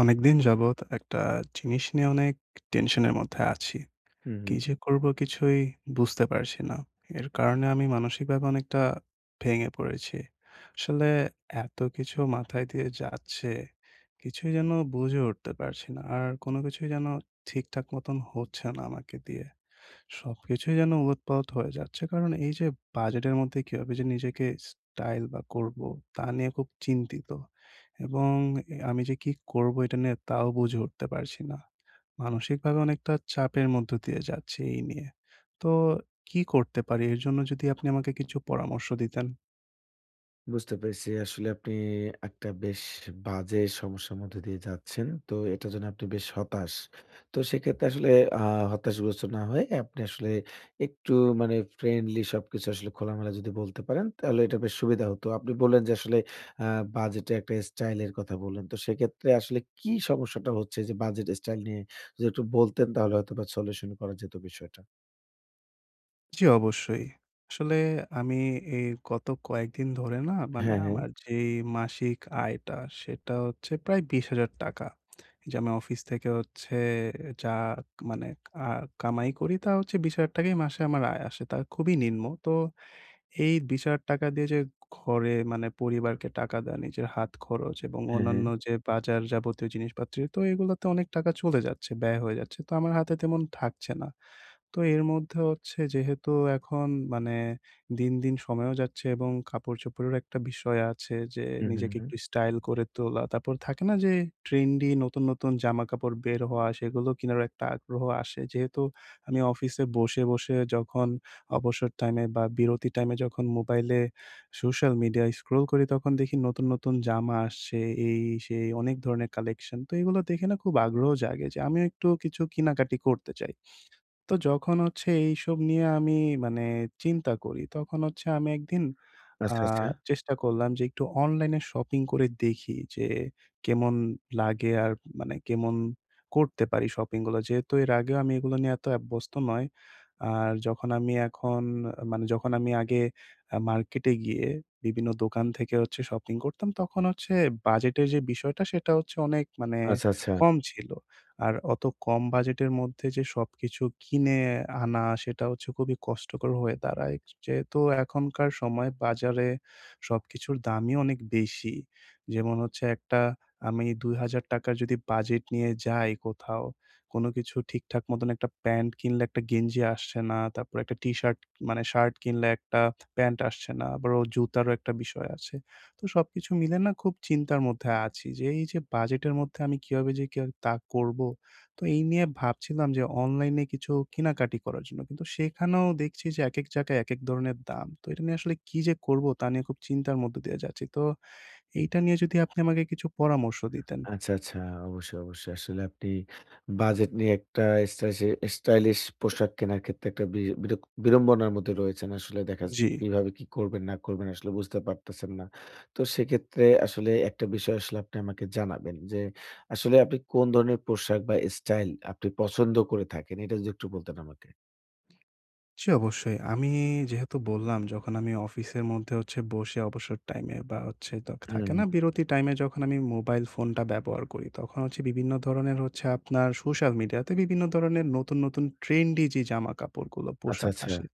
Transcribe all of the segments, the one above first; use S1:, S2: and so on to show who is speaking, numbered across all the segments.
S1: অনেকদিন যাবৎ একটা জিনিস নিয়ে অনেক টেনশনের মধ্যে আছি।
S2: হুম,
S1: কি
S2: হুম।
S1: যে করব কিছুই বুঝতে পারছি না। এর কারণে আমি মানসিকভাবে অনেকটা ভেঙে পড়েছি। আসলে এত কিছু মাথায় দিয়ে যাচ্ছে, কিছুই যেন বুঝে উঠতে পারছি না। আর কোনো কিছুই যেন ঠিকঠাক মতন হচ্ছে না আমাকে দিয়ে। সবকিছুই যেন উলটপালট হয়ে যাচ্ছে। কারণ এই যে বাজেটের মধ্যে কিভাবে যে নিজেকে স্টাইল বা করবো তা নিয়ে খুব চিন্তিত। এবং আমি যে কি করবো এটা নিয়ে তাও বুঝে উঠতে পারছি না। মানসিকভাবে অনেকটা চাপের মধ্য দিয়ে যাচ্ছি এই নিয়ে। তো কি করতে পারি? এর জন্য যদি আপনি আমাকে কিছু পরামর্শ দিতেন।
S2: বুঝতে পেরেছি। আসলে আপনি একটা বেশ বাজে সমস্যার মধ্যে দিয়ে যাচ্ছেন। তো এটার জন্য আপনি বেশ হতাশ। তো সেক্ষেত্রে আসলে আ হতাশগ্রস্ত না হয়ে আপনি আসলে একটু মানে ফ্রেন্ডলি সবকিছু আসলে খোলামেলা যদি বলতে পারেন তাহলে এটা বেশ সুবিধা হতো। আপনি বললেন যে আসলে আ বাজেটে একটা স্টাইল এর কথা বললেন। তো সেক্ষেত্রে আসলে কি সমস্যাটা হচ্ছে যে বাজেট স্টাইল নিয়ে যদি একটু বলতেন তাহলে হয়তোবা সলিউশন করা যেত বিষয়টা।
S1: জি, অবশ্যই। আসলে আমি এই গত কয়েকদিন ধরে না
S2: হ্যাঁ, হ্যাঁ।
S1: আমার যেই মাসিক আয়টা সেটা হচ্ছে প্রায় ৳২০,০০০। এই যে আমি অফিস থেকে হচ্ছে যা মানে আ কামাই করি তা হচ্ছে ৳২০,০০০ ই মাসে আমার আয় আসে। তা খুবই নিম্ন। তো এই ৳২০,০০০ দিয়ে যে ঘরে পরিবারকে টাকা দেওয়া, নিজের হাত খরচ এবং
S2: হ্যাঁ, হ্যাঁ।
S1: অন্যান্য যে বাজার যাবতীয় জিনিসপাতি তো এগুলোতে অনেক টাকা চলে যাচ্ছে, ব্যয় হয়ে যাচ্ছে। তো আমার হাতে তেমন থাকছে না। তো এর মধ্যে হচ্ছে যেহেতু এখন মানে দিন, দিন সময়ও যাচ্ছে এবং কাপড়-চোপড়েরও একটা বিষয় আছে যে
S2: হুম, হুম,
S1: নিজেকে
S2: হুম।
S1: একটু স্টাইল করে তোলা। তারপর থাকে না যে ট্রেন্ডি নতুন, নতুন জামাকাপড় বের হওয়া সেগুলো কিনারও একটা আগ্রহ আসে। যেহেতু আমি অফিসে বসে, বসে যখন অবসর টাইমে বা বিরতি টাইমে যখন মোবাইলে সোশ্যাল মিডিয়া স্ক্রল করি তখন দেখি নতুন, নতুন জামা আসছে, এই সেই অনেক ধরনের কালেকশন। তো এগুলো দেখে না খুব আগ্রহ জাগে যে আমিও একটু কিছু কেনাকাটি করতে চাই। তো যখন হচ্ছে এইসব নিয়ে আমি মানে চিন্তা করি, তখন হচ্ছে আমি একদিন আ
S2: আচ্ছা, আচ্ছা।
S1: চেষ্টা করলাম যে একটু অনলাইনে শপিং করে দেখি যে কেমন লাগে আর কেমন করতে পারি শপিং গুলো। যেহেতু এর আগেও আমি এগুলো নিয়ে এত অভ্যস্ত নয়। আর যখন আমি আগে মার্কেটে গিয়ে বিভিন্ন দোকান থেকে হচ্ছে শপিং করতাম, তখন হচ্ছে বাজেটের যে বিষয়টা সেটা হচ্ছে অনেক
S2: আচ্ছা, আচ্ছা।
S1: কম ছিল। আর অত কম বাজেটের মধ্যে যে সবকিছু কিনে আনা সেটা হচ্ছে খুবই কষ্টকর হয়ে দাঁড়ায়। যেহেতু এখনকার সময় বাজারে সবকিছুর দামই অনেক বেশি। যেমন হচ্ছে একটা আমি ৳২,০০০ র যদি বাজেট নিয়ে যাই কোথাও, কোনো কিছু ঠিকঠাক মতন একটা প্যান্ট কিনলে একটা গেঞ্জি আসছে না। তারপর একটা টি-শার্ট মানে শার্ট কিনলে একটা প্যান্ট আসছে না। আবারও জুতারও একটা বিষয় আছে। তো সবকিছু মিলে না খুব চিন্তার মধ্যে আছি যে এই যে বাজেটের মধ্যে আমি কিভাবে যে কে তা করব। তো এই নিয়ে ভাবছিলাম যে অনলাইনে কিছু কেনাকাটি করার জন্য। কিন্তু সেখানেও দেখছি যে একেক জায়গায় একেক ধরনের দাম। তো এটা নিয়ে আসলে কি যে করব তা নিয়ে খুব চিন্তার মধ্য দিয়ে যাচ্ছি। তো এইটা নিয়ে যদি আপনি আমাকে কিছু পরামর্শ দিতেন।
S2: আচ্ছা, আচ্ছা। অবশ্যই, অবশ্যই। আসলে আপনি বাজেট নিয়ে একটা স্টাইসে স্টাইলিশ পোশাক কেনার ক্ষেত্রে একটা বি বিরক বিড়ম্বনার মধ্যে রয়েছেন। আসলে দেখা
S1: জি।
S2: যাচ্ছে কিভাবে কি করবেন না করবেন আসলে বুঝতে পারতেছেন না। তো সেক্ষেত্রে আসলে একটা বিষয় আসলে আপনি আমাকে জানাবেন যে, আসলে আপনি কোন ধরনের পোশাক বা স্টাইল আপনি পছন্দ করে থাকেন? এটা যদি একটু বলতেন আমাকে।
S1: জি, অবশ্যই। আমি যেহেতু বললাম যখন আমি অফিসের মধ্যে হচ্ছে বসে অবসর টাইমে বা হচ্ছে থাকে
S2: হুম,
S1: না বিরতি টাইমে যখন আমি মোবাইল ফোনটা ব্যবহার করি, তখন হচ্ছে বিভিন্ন ধরনের হচ্ছে আপনার সোশ্যাল মিডিয়াতে বিভিন্ন ধরনের নতুন, নতুন ট্রেন্ডি যে জামাকাপড়গুলো,
S2: আচ্ছা,
S1: পোশাক
S2: আচ্ছা।
S1: আসে,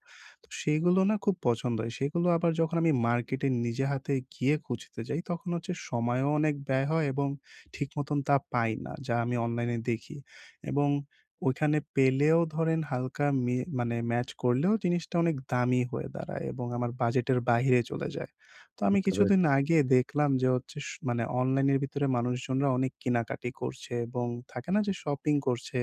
S1: তো সেগুলো না খুব পছন্দ হয়। সেগুলো আবার যখন আমি মার্কেটে নিজে হাতে গিয়ে খুঁজতে যাই, তখন হচ্ছে সময়ও অনেক ব্যয় হয় এবং ঠিক মতন তা পাই না, যা আমি অনলাইনে দেখি এবং ওইখানে পেলেও ধরেন হালকা মে মানে ম্যাচ করলেও জিনিসটা অনেক দামি হয়ে দাঁড়ায় এবং আমার বাজেটের বাহিরে চলে যায়। তো আমি
S2: বুঝতে
S1: কিছুদিন
S2: পেরেছি।
S1: আগে দেখলাম যে হচ্ছে স মানে অনলাইনের ভিতরে মানুষজনরা অনেক কেনাকাটি করছে এবং থাকে না যে শপিং করছে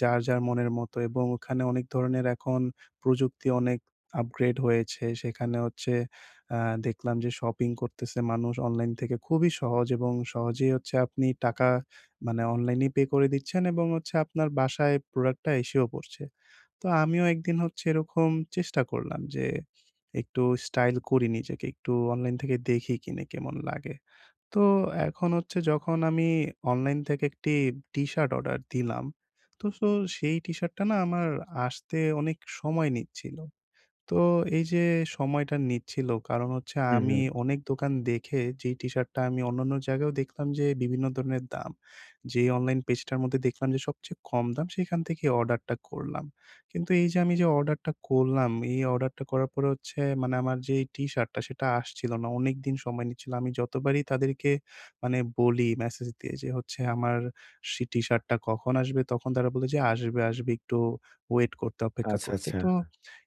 S1: যার, যার মনের মতো এবং ওখানে অনেক ধরনের এখন প্রযুক্তি অনেক আপগ্রেড হয়েছে। সেখানে হচ্ছে আ দেখলাম যে শপিং করতেছে মানুষ অনলাইন থেকে খুবই সহজ এবং সহজেই হচ্ছে আপনি টাকা অনলাইনে পে করে দিচ্ছেন এবং হচ্ছে আপনার বাসায় প্রোডাক্টটা এসেও পড়ছে। তো আমিও একদিন হচ্ছে এরকম চেষ্টা করলাম যে একটু স্টাইল করি নিজেকে। একটু অনলাইন থেকে দেখি কিনে কেমন লাগে। তো এখন হচ্ছে যখন আমি অনলাইন থেকে একটি টি-শার্ট অর্ডার দিলাম। তো সো সেই টি-শার্টটা না আমার আসতে অনেক সময় নিচ্ছিল। তো এই যে সময়টা নিচ্ছিল কারণ হচ্ছে
S2: হুম,
S1: আমি
S2: হুম।
S1: অনেক দোকান দেখে যেই টি-শার্টটা আমি অন্যান্য জায়গায়ও দেখলাম যে বিভিন্ন ধরনের দাম। যেই অনলাইন পেজটার মধ্যে দেখলাম যে সবচেয়ে কম দাম সেখান থেকেই অর্ডারটা করলাম। কিন্তু এই যে আমি যে অর্ডারটা করলাম, এই অর্ডারটা করার পরে হচ্ছে আমার যেই টি-শার্টটা সেটা আসছিল না। অনেকদিন সময় নিচ্ছিল। আমি যতবারই তাদেরকে বলি মেসেজ দিয়ে যে হচ্ছে আমার সে টি-শার্টটা কখন আসবে? তখন তারা বলে যে আসবে, আসবে একটু ওয়েট করতে, অপেক্ষা
S2: আচ্ছা,
S1: করতে।
S2: আচ্ছা।
S1: তো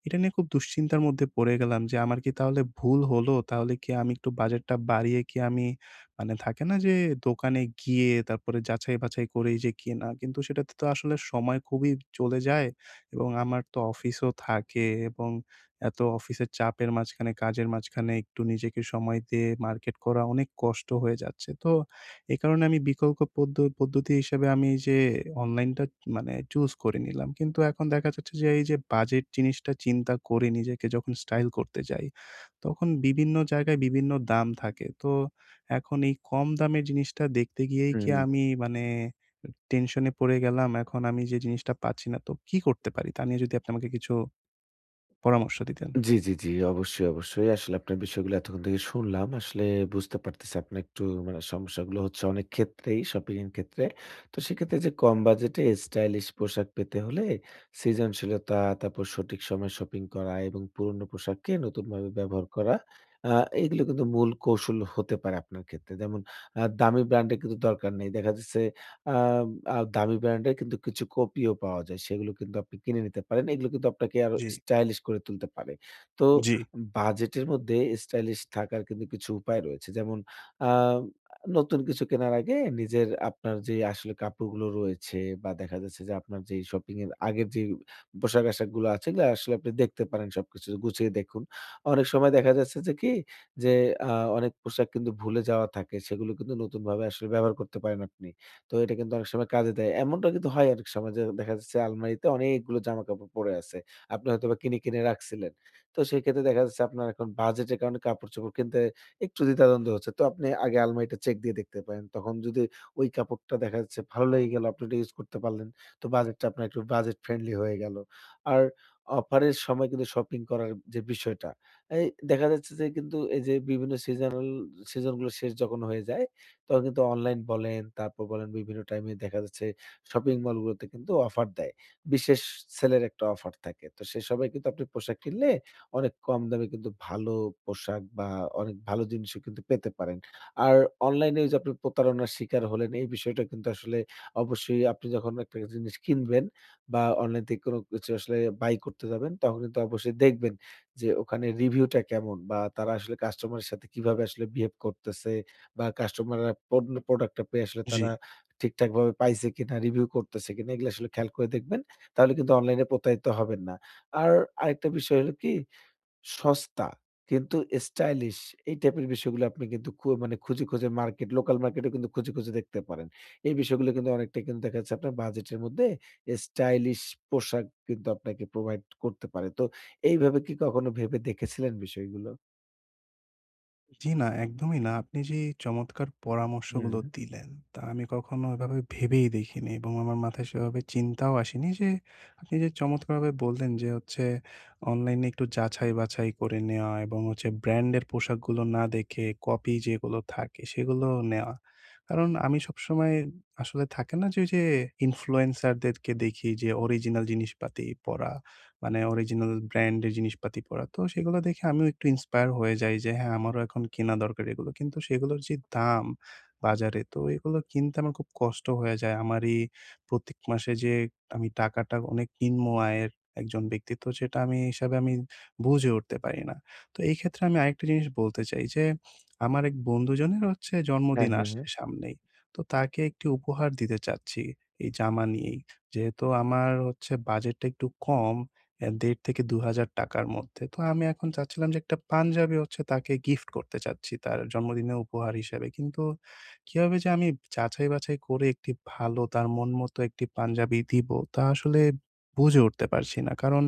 S1: এটা নিয়ে খুব দুশ্চিন্তার মধ্যে পড়ে গেলাম যে আমার কি তাহলে ভুল হলো? তাহলে কি আমি একটু বাজেটটা বাড়িয়ে কি আমি থাকে না যে দোকানে গিয়ে তারপরে যাচাই-বাছাই করেই যে কেনা। কিন্তু সেটাতে তো আসলে সময় খুবই চলে যায় এবং আমার তো অফিসও থাকে এবং এত অফিসের চাপের মাঝখানে, কাজের মাঝখানে একটু নিজেকে সময় দিয়ে মার্কেট করা অনেক কষ্ট হয়ে যাচ্ছে। তো এ কারণে আমি বিকল্প পদ্ধতি হিসেবে আমি এই যে অনলাইনটা চুজ করে নিলাম। কিন্তু এখন দেখা যাচ্ছে যে এই যে বাজেট জিনিসটা চিন্তা করে নিজেকে যখন স্টাইল করতে যাই, তখন বিভিন্ন জায়গায় বিভিন্ন দাম থাকে। তো এখন এই কম দামের জিনিসটা দেখতে গিয়েই কি
S2: হুম।
S1: আমি টেনশনে পড়ে গেলাম। এখন আমি যে জিনিসটা পাচ্ছি না। তো কি করতে পারি? তা নিয়ে যদি আপনি আমাকে কিছু পরামর্শ দিতেন।
S2: জি, জি, জি। অবশ্যই, অবশ্যই। আসলে আপনার বিষয়গুলো এতক্ষণ থেকে শুনলাম। আসলে বুঝতে পারতেছি আপনার একটু মানে সমস্যাগুলো হচ্ছে অনেক ক্ষেত্রেই শপিং এর ক্ষেত্রে। তো সেক্ষেত্রে যে কম বাজেটে স্টাইলিশ পোশাক পেতে হলে সৃজনশীলতা, তারপর সঠিক সময়ে শপিং করা এবং পুরনো পোশাককে নতুনভাবে ব্যবহার করা আ এগুলো কিন্তু মূল কৌশল হতে পারে আপনার ক্ষেত্রে। যেমন দামি ব্র্যান্ডের কিন্তু দরকার নেই। দেখা যাচ্ছে আম আ দামি ব্র্যান্ডের কিন্তু কিছু কপিও পাওয়া যায়। সেগুলো কিন্তু আপনি কিনে নিতে পারেন। এগুলো কিন্তু আপনাকে আরো
S1: জি,
S2: স্টাইলিশ করে তুলতে পারে। তো
S1: জি,
S2: বাজেটের মধ্যে স্টাইলিশ থাকার কিন্তু কিছু উপায় রয়েছে। যেমন আ নতুন কিছু কেনার আগে নিজের আপনার যে আসলে কাপড়গুলো রয়েছে বা দেখা যাচ্ছে যে আপনার যে শপিং এর আগের যে পোশাক-আশাক গুলো আছে এগুলো আসলে আপনি দেখতে পারেন সবকিছু গুছিয়ে দেখুন। অনেক সময় দেখা যাচ্ছে যে কি যে আ অনেক পোশাক কিন্তু ভুলে যাওয়া থাকে সেগুলো কিন্তু নতুনভাবে আসলে ব্যবহার করতে পারেন আপনি। তো এটা কিন্তু অনেক সময় কাজে দেয়। এমনটা কিন্তু হয় অনেক সময় যে দেখা যাচ্ছে আলমারিতে অনেকগুলো জামাকাপড় পড়ে আছে। আপনি হয়তোবা কিনে রাখছিলেন। তো সেক্ষেত্রে দেখা যাচ্ছে আপনার এখন বাজেটের কারণে কাপড়-চোপড় কিনতে একটু দ্বিধাদ্বন্দ্ব হচ্ছে। তো আপনি আগে আলমারিটা চেক দিয়ে দেখতে পারেন। তখন যদি ওই কাপড়টা দেখা যাচ্ছে ভালো লেগে গেল, আপনি ওটা ইউজ করতে পারলেন। তো বাজেটটা আপনার একটু বাজেট ফ্রেন্ডলি হয়ে গেল। আর অফারের সময় কিন্তু শপিং করার যে বিষয়টা, এই দেখা যাচ্ছে যে কিন্তু এই যে বিভিন্ন সিজনাল সিজনগুলো শেষ যখন হয়ে যায়, তখন কিন্তু অনলাইন বলেন, তারপর বলেন বিভিন্ন টাইমে দেখা যাচ্ছে শপিং মলগুলোতে কিন্তু অফার দেয়। বিশেষ সেলের একটা অফার থাকে। তো সে সময় কিন্তু আপনি পোশাক কিনলে অনেক কম দামে কিন্তু ভালো পোশাক বা অনেক ভালো জিনিসও কিন্তু পেতে পারেন। আর অনলাইনে ওই যে আপনি প্রতারণার শিকার হলেন এই বিষয়টা কিন্তু আসলে অবশ্যই আপনি যখন একটা জিনিস কিনবেন বা অনলাইন থেকে কোনো কিছু আসলে বাই করতে যাবেন তখন কিন্তু অবশ্যই দেখবেন যে ওখানে রিভিউটা কেমন বা তারা আসলে কাস্টমারের সাথে কিভাবে আসলে বিহেভ করতেছে বা কাস্টমাররা পণ্য প্রোডাক্টটা পেয়ে আসলে
S1: জি।
S2: তারা ঠিকঠাকভাবে পাইছে কিনা, রিভিউ করতেছে কিনা এগুলো আসলে খেয়াল করে দেখবেন। তাহলে কিন্তু অনলাইনে প্রতারিত হবেন না। আর আরেকটা বিষয় হলো কি সস্তা কিন্তু স্টাইলিশ এই টাইপের বিষয়গুলো আপনি কিন্তু খু মানে খুঁজে, খুঁজে মার্কেট লোকাল মার্কেটে কিন্তু খুঁজে, খুঁজে দেখতে পারেন। এই বিষয়গুলো কিন্তু অনেকটাই কিন্তু দেখা যাচ্ছে আপনার বাজেটের মধ্যে স্টাইলিশ পোশাক কিন্তু আপনাকে প্রোভাইড করতে পারে। তো এইভাবে কি কখনো ভেবে দেখেছিলেন বিষয়গুলো?
S1: জি না, একদমই না। আপনি যে চমৎকার পরামর্শগুলো
S2: হুম।
S1: দিলেন, তা আমি কখনো এভাবে ভেবেই দেখিনি এবং আমার মাথায় সেভাবে চিন্তাও আসেনি যে আপনি যে চমৎকারভাবে বললেন যে হচ্ছে অনলাইনে একটু যাচাই-বাছাই করে নেওয়া এবং হচ্ছে ব্র্যান্ডের পোশাকগুলো না দেখে কপি যেগুলো থাকে সেগুলো নেওয়া। কারণ আমি সবসময় আসলে থাকে না যে ওই যে ইনফ্লুয়েন্সারদেরকে দেখি যে অরিজিনাল জিনিসপাতি পরা অরিজিনাল ব্র্যান্ডের জিনিসপাতি পরা। তো সেগুলো দেখে আমিও একটু ইন্সপায়ার হয়ে যাই যে হ্যাঁ, আমারও এখন কেনা দরকার এগুলো। কিন্তু সেগুলোর যে দাম বাজারে, তো এগুলো কিনতে আমার খুব কষ্ট হয়ে যায়। আমারই প্রত্যেক মাসে যে আমি টাকাটা অনেক নিম্ন আয়ের একজন ব্যক্তি, তো সেটা আমি হিসাবে আমি বুঝে উঠতে পারি না। তো এই ক্ষেত্রে আমি আরেকটা জিনিস বলতে চাই যে, আমার এক বন্ধুজনের হচ্ছে
S2: হ্যাঁ,
S1: জন্মদিন
S2: হ্যাঁ, হ্যাঁ।
S1: আসছে সামনেই। তো তাকে একটি উপহার দিতে চাচ্ছি এই জামা নিয়েই। যেহেতু আমার হচ্ছে বাজেটটা একটু কম ১.৫ থেকে ৳২,০০০ র মধ্যে। তো আমি এখন চাচ্ছিলাম যে একটা পাঞ্জাবি হচ্ছে তাকে গিফট করতে চাচ্ছি তার জন্মদিনে উপহার হিসেবে। কিন্তু কিভাবে যে আমি যাচাই বাছাই করে একটি ভালো তার মন মতো একটি পাঞ্জাবি দিব তা আসলে বুঝে উঠতে পারছি না। কারণ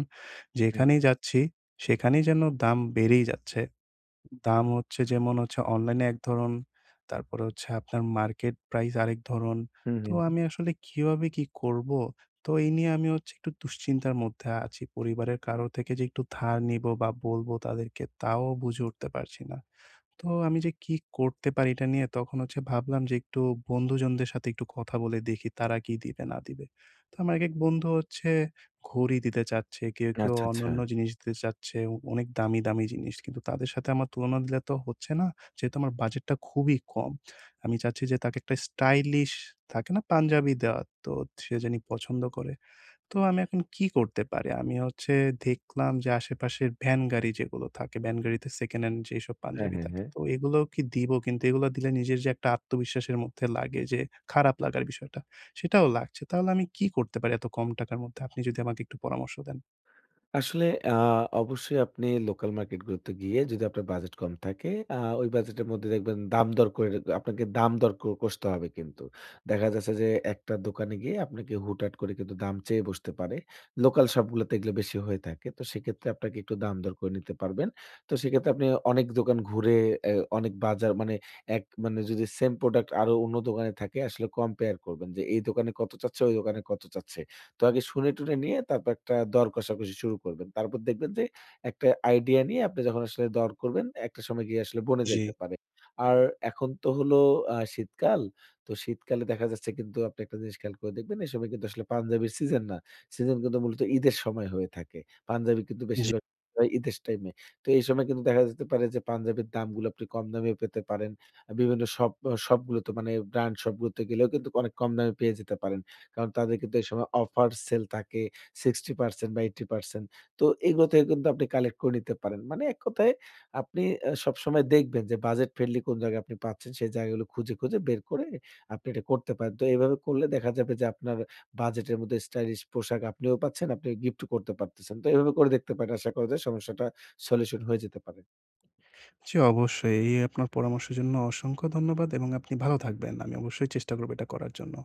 S2: হুম,
S1: যেখানেই যাচ্ছি সেখানেই যেন দাম বেড়েই যাচ্ছে। দাম হচ্ছে যেমন হচ্ছে অনলাইনে এক ধরন, তারপরে হচ্ছে আপনার মার্কেট প্রাইস আরেক ধরন।
S2: হুম,
S1: তো
S2: হুম, হুম।
S1: আমি আসলে কিভাবে কি করব? তো এই নিয়ে আমি হচ্ছে একটু দুশ্চিন্তার মধ্যে আছি। পরিবারের কারো থেকে যে একটু ধার নিব বা বলব তাদেরকে তাও বুঝে উঠতে পারছি না। তো আমি যে কি করতে পারি এটা নিয়ে তখন হচ্ছে ভাবলাম যে একটু বন্ধুজনদের সাথে একটু কথা বলে দেখি তারা কি দিবে না দিবে। তো আমার এক বন্ধু হচ্ছে ঘড়ি দিতে চাচ্ছে, কেউ, কেউ
S2: আচ্ছা, আচ্ছা।
S1: অন্যান্য জিনিস দিতে চাচ্ছে, অনেক দামি, দামি জিনিস। কিন্তু তাদের সাথে আমার তুলনা দিলে তো হচ্ছে না। যেহেতু আমার বাজেটটা খুবই কম। আমি চাচ্ছি যে তাকে একটা স্টাইলিশ থাকে না পাঞ্জাবি দেওয়া, তো সে জানি পছন্দ করে। তো আমি এখন কি করতে পারি? আমি হচ্ছে দেখলাম যে আশেপাশের ভ্যান গাড়ি যেগুলো থাকে, ভ্যান গাড়িতে সেকেন্ড হ্যান্ড যেসব
S2: হ্যাঁ,
S1: পাঞ্জাবি
S2: হ্যাঁ,
S1: থাকে।
S2: হ্যাঁ।
S1: তো এগুলোও কি দিব? কিন্তু এগুলো দিলে নিজের যে একটা আত্মবিশ্বাসের মধ্যে লাগে যে খারাপ লাগার বিষয়টা, সেটাও লাগছে। তাহলে আমি কি করতে পারি এত কম টাকার মধ্যে? আপনি যদি আমাকে একটু পরামর্শ দেন।
S2: আসলে আ অবশ্যই আপনি লোকাল মার্কেটগুলোতে গিয়ে যদি আপনার বাজেট কম থাকে, আ ওই বাজেটের মধ্যে দেখবেন দাম দর করে আপনাকে দাম দর কষতে হবে কিন্তু। দেখা যাচ্ছে যে একটা দোকানে গিয়ে আপনাকে হুটহাট করে কিন্তু দাম চেয়ে বসতে পারে। লোকাল শপগুলোতে এগুলো বেশি হয়ে থাকে। তো সেক্ষেত্রে আপনাকে একটু দাম দর করে নিতে পারবেন। তো সেক্ষেত্রে আপনি অনেক দোকান ঘুরে এ অনেক বাজার মানে এক মানে যদি সেম প্রোডাক্ট আরো অন্য দোকানে থাকে আসলে কম্পেয়ার করবেন যে এই দোকানে কত চাচ্ছে, ওই দোকানে কত চাচ্ছে। তো আগে শুনে টুনে নিয়ে তারপর একটা দর কষাকষি শুরু করবেন। তারপর দেখবেন যে একটা আইডিয়া নিয়ে আপনি যখন আসলে দর করবেন, একটা সময় গিয়ে আসলে বনে যাইতে পারে। আর এখন তো হলো শীতকাল। তো শীতকালে দেখা যাচ্ছে কিন্তু আপনি একটা জিনিস খেয়াল করে দেখবেন, এই সময় কিন্তু আসলে পাঞ্জাবির সিজন না। সিজন কিন্তু মূলত ঈদের সময় হয়ে থাকে। পাঞ্জাবি কিন্তু
S1: জি।
S2: বেশিরভাগ হয় ঈদের টাইমে। তো এই সময় কিন্তু দেখা যেতে পারে যে পাঞ্জাবির দামগুলো আপনি কম দামেও পেতে পারেন। বিভিন্ন শপগুলোতে মানে ব্র্যান্ড শপগুলোতে গেলেও কিন্তু অনেক কম দামে পেয়ে যেতে পারেন। কারণ তাদের কিন্তু এই সময় অফার সেল থাকে 60% বা 80%। তো এগুলো থেকে কিন্তু আপনি কালেক্ট করে নিতে পারেন। মানে এক কথায় আপনি সবসময় দেখবেন যে বাজেট ফ্রেন্ডলি কোন জায়গায় আপনি পাচ্ছেন সেই জায়গাগুলো খুঁজে, খুঁজে বের করে আপনি এটা করতে পারেন। তো এভাবে করলে দেখা যাবে যে আপনার বাজেটের মধ্যে স্টাইলিশ পোশাক আপনিও পাচ্ছেন, আপনি গিফটও করতে পারতেছেন। তো এভাবে করে দেখতে পারেন। আশা করা যায় সমস্যাটা সলিউশন হয়ে যেতে পারে।
S1: জি, অবশ্যই। এই আপনার পরামর্শের জন্য অসংখ্য ধন্যবাদ এবং আপনি ভালো থাকবেন। আমি অবশ্যই চেষ্টা করব এটা করার জন্য।